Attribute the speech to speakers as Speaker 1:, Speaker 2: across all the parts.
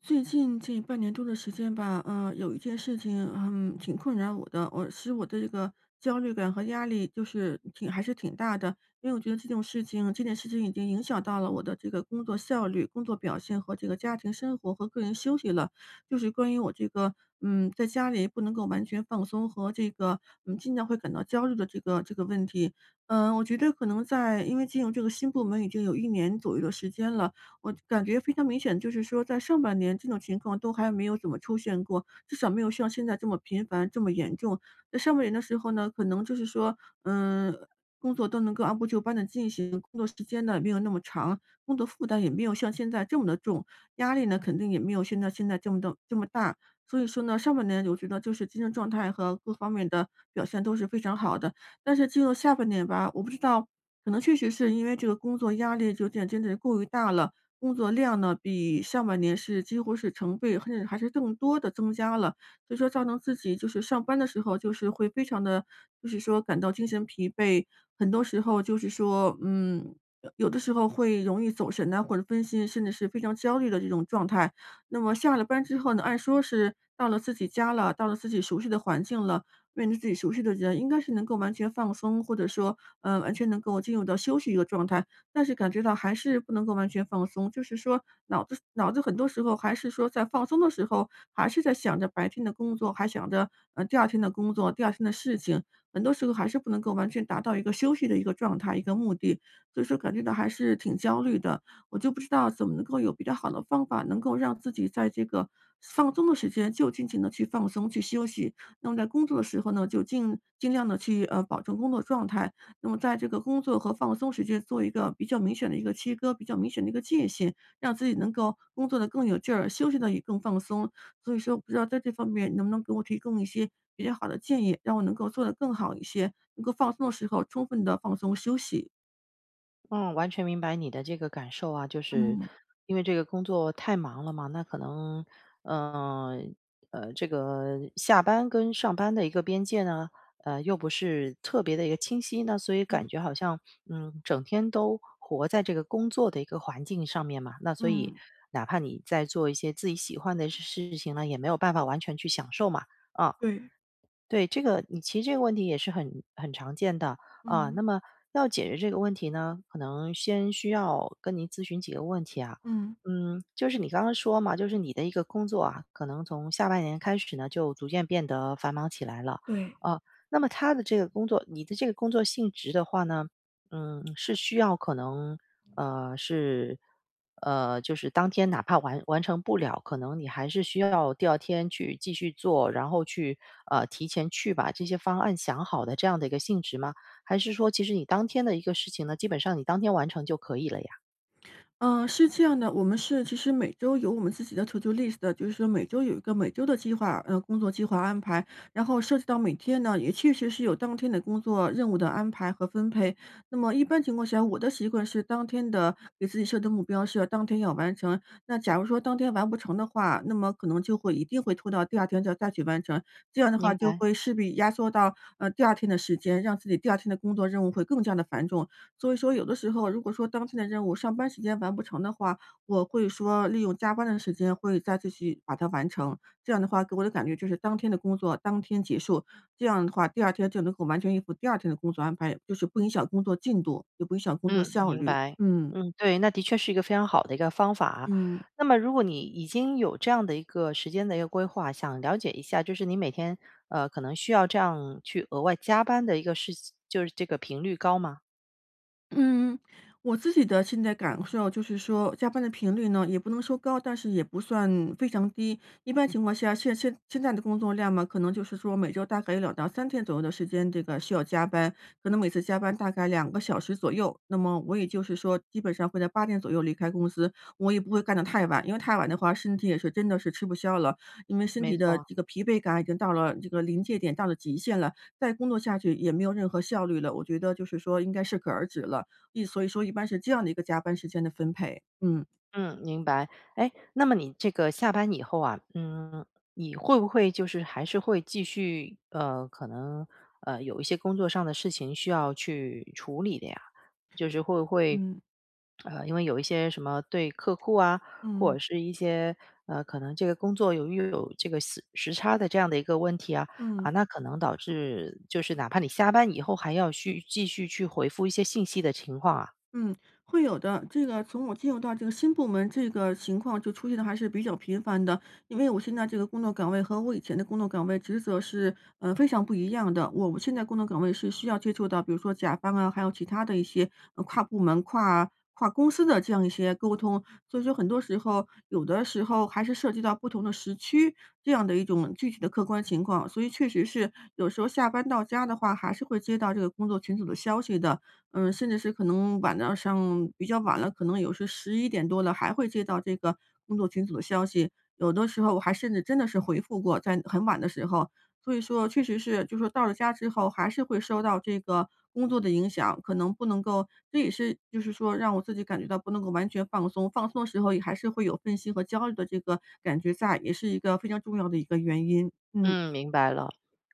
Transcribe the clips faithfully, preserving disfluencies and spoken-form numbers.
Speaker 1: 最近这半年多的时间吧，嗯，有一件事情，嗯，挺困扰我的，我使我的这个焦虑感和压力就是挺还是挺大的，因为我觉得这种事情，这件事情已经影响到了我的这个工作效率、工作表现和这个家庭生活和个人休息了。就是关于我这个，嗯，在家里不能够完全放松和这个，嗯，经常会感到焦虑的这个这个问题。嗯，我觉得可能在因为进入这个新部门已经有一年左右的时间了。我感觉非常明显，就是说在上半年这种情况都还没有怎么出现过，至少没有像现在这么频繁、这么严重。在上半年的时候呢，可能就是说，嗯，工作都能够按部就班的进行，工作时间呢也没有那么长，工作负担也没有像现在这么的重，压力呢肯定也没有现在现在这么的这么大。所以说呢，上半年我觉得就是精神状态和各方面的表现都是非常好的。但是进入下半年吧，我不知道，可能确实是因为这个工作压力有点真的是过于大了，工作量呢，比上半年是几乎是成倍，甚至还是更多的增加了。所以说造成自己就是上班的时候，就是会非常的，就是说感到精神疲惫，很多时候就是说，嗯，有的时候会容易走神呐，或者分心，甚至是非常焦虑的这种状态。那么下了班之后呢，按说是到了自己家了，到了自己熟悉的环境了，面对自己熟悉的人，应该是能够完全放松，或者说，嗯，完全能够进入到休息一个状态。但是感觉到还是不能够完全放松，就是说脑子脑子很多时候还是说在放松的时候，还是在想着白天的工作，还想着，呃，第二天的工作，第二天的事情，很多时候还是不能够完全达到一个休息的一个状态、一个目的，所以说感觉到还是挺焦虑的。我就不知道怎么能够有比较好的方法，能够让自己在这个放松的时间就尽情的去放松、去休息，那么在工作的时候呢，就尽尽量的去，呃，保证工作状态，那么在这个工作和放松时间做一个比较明显的一个切割，比较明显的一个界限，让自己能够工作的更有劲儿，休息的也更放松。所以说，不知道在这方面能不能给我提供一些比较好的建议，让我能够做得更好一些，能够放松的时候充分的放松休息。
Speaker 2: 嗯，完全明白你的这个感受啊，就是
Speaker 1: 嗯
Speaker 2: 因为这个工作太忙了嘛，那可能，呃呃，这个下班跟上班的一个边界呢，呃，又不是特别的一个清晰，那所以感
Speaker 1: 嗯
Speaker 2: 觉好像，嗯，整天都活在这个工作的一个环境上面嘛，那所以
Speaker 1: 嗯，
Speaker 2: 哪怕你在做一些自己喜欢的事事情呢，也没有办法完全去享受嘛，啊。
Speaker 1: 对，
Speaker 2: 对，这个你其实这个问题也是很很常见的啊。那
Speaker 1: 嗯
Speaker 2: 么要解决这个问题呢，可能先需要跟您咨询几个问题啊。
Speaker 1: 嗯。
Speaker 2: 嗯，就是你刚刚说嘛，就是你的一个工作啊，可能从下半年开始呢，就逐渐变得繁忙起来了
Speaker 1: 对。
Speaker 2: 啊。那么他的这个工作，你的这个工作性质的话呢，嗯，是需要可能呃，是，呃，就是当天哪怕完完成不了，可能你还是需要第二天去继续做，然后去呃提前去把这些方案想好的这样的一个性质吗？还是说，其实你当天的一个事情呢，基本上你当天完成就可以了呀？
Speaker 1: 嗯，是这样的，我们是其实每周有我们自己的 to do list 的，就是说每周有一个每周的计划，呃，工作计划安排，然后涉及到每天呢，也确实是有当天的工作任务的安排和分配。那么一般情况下，我的习惯是当天的给自己设的目标是要当天要完成。那假如说当天完不成的话，那么可能就会一定会拖到第二天再再去完成。这样的话
Speaker 2: 明
Speaker 1: 就
Speaker 2: 白，
Speaker 1: 会势必压缩到呃第二天的时间，让自己第二天的工作任务会更加的繁重。所以说有的时候，如果说当天的任务上班时间完不成的话，我会说利用加班的时间会再继续把它完成。这样的话给我的感觉就是当天的工作当天结束，这样的话第二天就能够完全应付第二天的工作安排，就是不影响工作进度，也不影响工作
Speaker 2: 嗯，
Speaker 1: 效
Speaker 2: 明
Speaker 1: 率。
Speaker 2: 白，
Speaker 1: 嗯，
Speaker 2: 嗯，对，那的确是一个非常好的一个方法啊。
Speaker 1: 嗯。
Speaker 2: 那么，如果你已经有这样的一个时间的一个规划，想了解一下，就是你每天呃可能需要这样去额外加班的一个事情，就是这个频率高吗？
Speaker 1: 嗯，我自己的现在感受啊就是说，加班的频率呢，也不能说高，但是也不算非常低。一般情况下，现现现在的工作量嘛，可能就是说每周大概有两到三天左右的时间，这个需要加班，可能每次加班大概两个小时左右。那么我也就是说，基本上会在八点左右离开公司，我也不会干得太晚，因为太晚的话，身体也是真的是吃不消了，因为身
Speaker 2: 没
Speaker 1: 体的
Speaker 2: 错，
Speaker 1: 这个疲惫感已经到了这个临界点，到了极限了，再工作下去也没有任何效率了。我觉得就是说，应该适可而止了。一所以说一般是这样的一个加班时间的分配，嗯。
Speaker 2: 嗯，明白。哎，那么你这个下班以后啊，嗯，你会不会就是还是会继续呃，可能呃有一些工作上的事情需要去处理的呀？就是会不会
Speaker 1: 嗯，
Speaker 2: 呃，因为有一些什么对客户啊，或
Speaker 1: 嗯，
Speaker 2: 者是一些呃，可能这个工作由于有这个时时差的这样的一个问题啊，啊，
Speaker 1: 嗯。
Speaker 2: 那可能导致就是哪怕你下班以后还要去继续去回复一些信息的情况啊。
Speaker 1: 嗯，会有的。这个从我进入到这个新部门，这个情况就出现的还是比较频繁的。因为我现在这个工作岗位和我以前的工作岗位职责是，呃，非常不一样的。我现在工作岗位是需要接触到，比如说甲方啊，还有其他的一些呃跨部门、跨跨公司的这样一些沟通。所以说，很多时候，有的时候还是涉及到不同的时区这样的一种具体的客观情况。所以，确实是有时候下班到家的话，还是会接到这个工作群组的消息的。嗯，甚至是可能晚到上比较晚了，可能有时十一点多了还会接到这个工作群组的消息，有的时候我还甚至真的是回复过，在很晚的时候。所以说确实是就说到了家之后，还是会受到这个工作的影响，可能不能够这也是就是说让我自己感觉到不能够完全放松，放松的时候也还是会有分心和焦虑的这个感觉在，也是一个非常重要的一个原因。嗯。
Speaker 2: 嗯，明白了。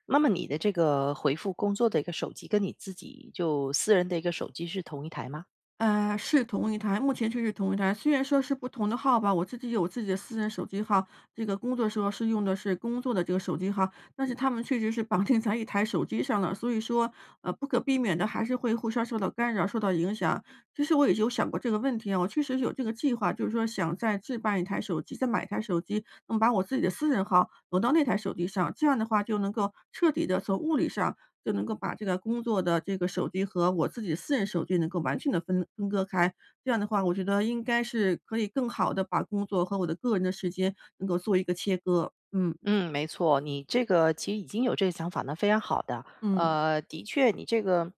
Speaker 2: 那么你的这个回复工作的一个手机，跟你自己就私人的一个手机是同一台吗？
Speaker 1: 呃，是同一台，目前确实同一台。虽然说是不同的号吧，我自己有自己的私人手机号，这个工作时候是用的是工作的这个手机号，但是他们确实是绑定在一台手机上了，所以说，呃，不可避免的还是会互相受到干扰、受到影响。其实我也有想过这个问题啊，我确实有这个计划，就是说想再置办一台手机，再买一台手机，那么把我自己的私人号挪到那台手机上，这样的话就能够彻底的从物理上就能够把这个工作的这个手机和我自己的私人手机能够完全的分分割开。这样的话，我觉得应该是可以更好的把工作和我的个人的时间能够做一个切割，嗯，
Speaker 2: 嗯，没错，你这个其实已经有这个想法，呢，非常好的。
Speaker 1: 嗯。
Speaker 2: 呃，的确，你这个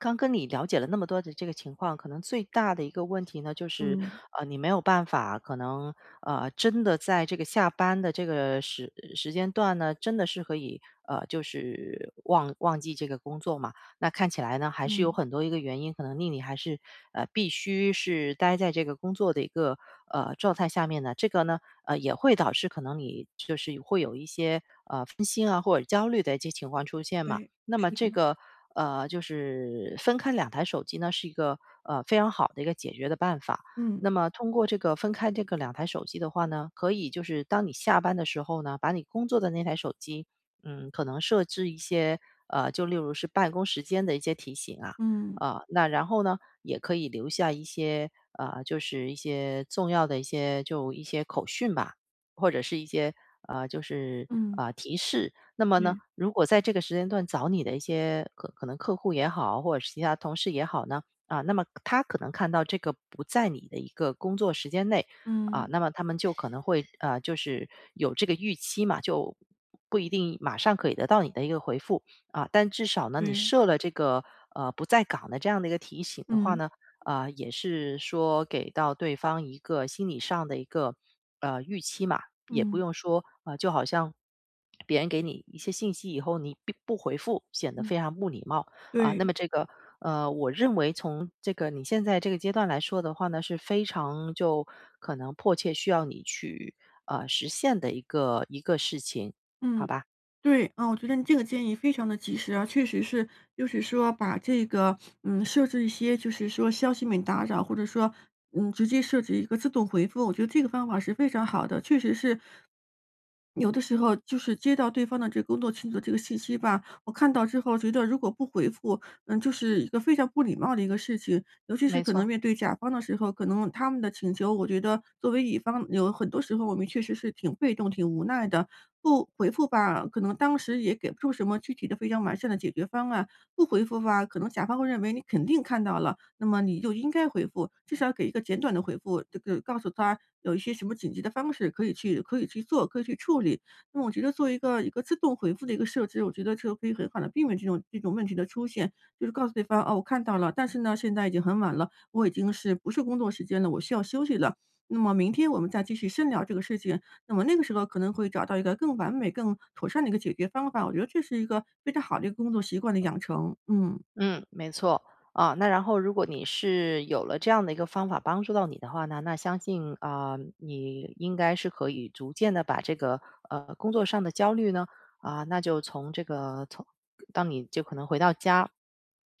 Speaker 2: 刚跟你了解了那么多的这个情况，可能最大的一个问题呢，就是
Speaker 1: 嗯，
Speaker 2: 呃，你没有办法，可能呃，真的在这个下班的这个时时间段呢，真的是可以呃，就是忘忘记这个工作嘛。那看起来呢，还是有
Speaker 1: 嗯，
Speaker 2: 很多一个原因，可能令你还是呃必须是待在这个工作的一个呃状态下面的。这个呢，呃，也会导致可能你就是会有一些，呃，分心啊或者焦虑的一些情况出现嘛。
Speaker 1: 对，
Speaker 2: 那么
Speaker 1: 是的，
Speaker 2: 这个，呃，就是分开两台手机呢，是一个，呃，非常好的一个解决的办法。
Speaker 1: 嗯
Speaker 2: 那么通过这个分开这个两台手机的话呢，可以就是当你下班的时候呢，把你工作的那台手机，嗯，可能设置一些，呃，就例如是办公时间的一些提醒啊，
Speaker 1: 嗯，
Speaker 2: 啊，那然后呢，也可以留下一些，啊，就是一些重要的一些就一些口讯吧，或者是一些，啊，就是，
Speaker 1: 嗯，嗯，
Speaker 2: 啊提示。那么呢，
Speaker 1: 对，
Speaker 2: 如果在这个时间段找你的一些可可能客户也好，或者是其他同事也好呢，啊，那么他可能看到这个不在你的一个工作时间内，啊，
Speaker 1: 嗯，
Speaker 2: 那么他们就可能会，啊，就是有这个预期嘛，就不一定马上可以得到你的一个回复。啊，但至少呢，你
Speaker 1: 对。
Speaker 2: 设了这个呃不在岗的这样的一个提醒的话
Speaker 1: 嗯，
Speaker 2: 呢，啊、也是说给到对方一个心理上的一个呃预期嘛，也不
Speaker 1: 嗯。
Speaker 2: 用说啊、呃就好像别人给你一些信息以后，你不不回复，显得
Speaker 1: 嗯，
Speaker 2: 非常不礼貌啊。
Speaker 1: 对，
Speaker 2: 那么这个呃，我认为从这个你现在这个阶段来说的话呢，是非常就可能迫切需要你去呃实现的一个一个事情，好
Speaker 1: 嗯，
Speaker 2: 吧？
Speaker 1: 对，啊，我觉得你这个建议非常的及时啊，确实是，就是说把这个，嗯，设置一些就是说消息免打扰，或者说，嗯，直接设置一个自动回复，我觉得这个方法是非常好的，确实是有的时候就是接到对方的这个工作群组这个信息吧，我看到之后觉得如果不回复，嗯，就是一个非常不礼貌的一个事情。尤其是
Speaker 2: 没
Speaker 1: 可能
Speaker 2: 错。
Speaker 1: 面对甲方的时候，可能他们的请求，我觉得作为乙方，有很多时候我们确实是挺被动、挺无奈的。不回复吧，可能当时也给不出什么具体的非常完善的解决方案；不回复吧，可能甲方会认为你肯定看到了，那么你就应该回复，至少给一个简短的回复，这个告诉他有一些什么紧急的方式可以去可以去做，可以去处理。那么我觉得做一个一个自动回复的一个设置，我觉得就可以很好的避免这种这种问题的出现。就是告诉对方，哦，我看到了，但是呢，现在已经很晚了，我已经是不是工作时间了，我需要休息了。那么明天我们再继续深聊这个事情，那么那个时候可能会找到一个更完美、更妥善的一个解决方法。我觉得这是一个非常好的一个工作习惯的养成。嗯
Speaker 2: 嗯，没错啊。那然后，如果你是有了这样的一个方法帮助到你的话呢，那相信啊、你应该是可以逐渐的把这个呃工作上的焦虑呢，啊、那就从这个从当你就可能回到家，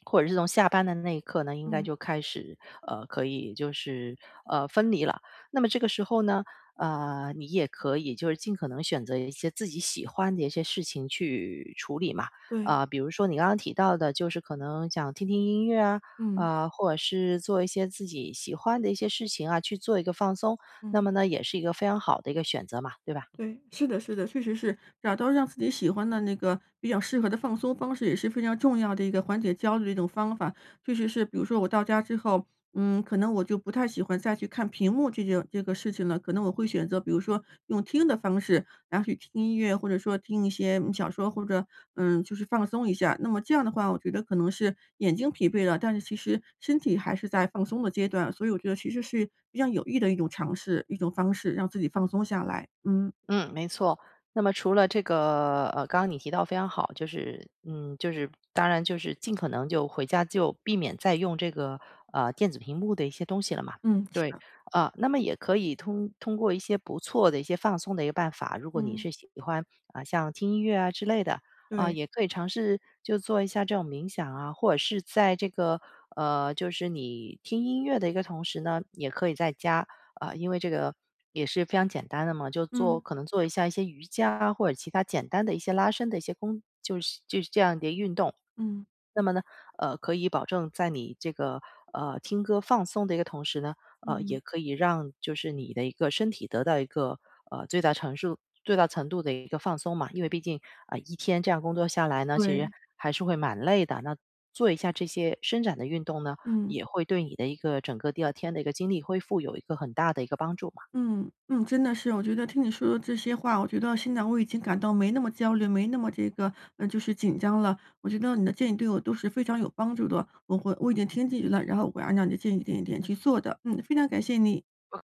Speaker 2: 或者是从下班的那一刻呢，应该
Speaker 1: 嗯，
Speaker 2: 就开始呃可以就是呃分离了。那么这个时候呢，呃，你也可以就是尽可能选择一些自己喜欢的一些事情去处理嘛。
Speaker 1: 对，
Speaker 2: 啊，比如说你刚刚提到的，就是可能想听听音乐啊，
Speaker 1: 嗯
Speaker 2: 啊、或者是做一些自己喜欢的一些事情啊，去做一个放松，那
Speaker 1: 嗯。
Speaker 2: 么呢，也是一个非常好的一个选择嘛，对吧？
Speaker 1: 对，是的，是的，确实是找到让自己喜欢的那个比较适合的放松方式，也是非常重要的一个缓解焦虑的一种方法。确实是，比如说我到家之后，嗯，可能我就不太喜欢再去看屏幕这件这个事情了，可能我会选择，比如说用听的方式，然后去听音乐，或者说听一些嗯小说，或者嗯，就是放松一下。那么这样的话，我觉得可能是眼睛疲惫了，但是其实身体还是在放松的阶段，所以我觉得其实是比较有益的一种尝试，一种方式，让自己放松下来。嗯。
Speaker 2: 嗯，没错。那么除了这个，呃，刚刚你提到非常好，就是，嗯，就是当然就是尽可能就回家就避免再用这个呃电子屏幕的一些东西了嘛。
Speaker 1: 嗯，是
Speaker 2: 对，
Speaker 1: 的，
Speaker 2: 啊，那么也可以通通过一些不错的一些放松的一个办法，如果你
Speaker 1: 嗯，
Speaker 2: 是喜欢啊、像听音乐啊之类的啊、
Speaker 1: 对，
Speaker 2: 也可以尝试就做一下这种冥想啊，或者是在这个呃，就是你听音乐的一个同时呢，也可以在家啊，因为这个也是非常简单的嘛，就做
Speaker 1: 嗯，
Speaker 2: 可能做一下一些瑜伽啊或者其他简单的一些拉伸的一些工，就是就是这样的运动，
Speaker 1: 嗯，
Speaker 2: 那么呢，呃，可以保证在你这个呃听歌放松的一个同时呢，呃，也
Speaker 1: 嗯，
Speaker 2: 可以让就是你的一个身体得到一个呃最大程度最大程度的一个放松嘛。因为毕竟啊、呃一天这样工作下来呢，其实
Speaker 1: 对，
Speaker 2: 还是会蛮累的。那做一下这些伸展的运动呢，
Speaker 1: 嗯，
Speaker 2: 也会对你的一个整个第二天的一个精力恢复有一个很大的一个帮助嘛。
Speaker 1: 嗯，嗯，真的是，我觉得听你说的这些话，我觉得现在我已经感到没那么焦虑，没那么这个，呃，就是紧张了。我觉得你的建议对我都是非常有帮助的，我会，我已经听进去了，然后我会按照你的建议一点一点去做的。嗯，非常感谢你。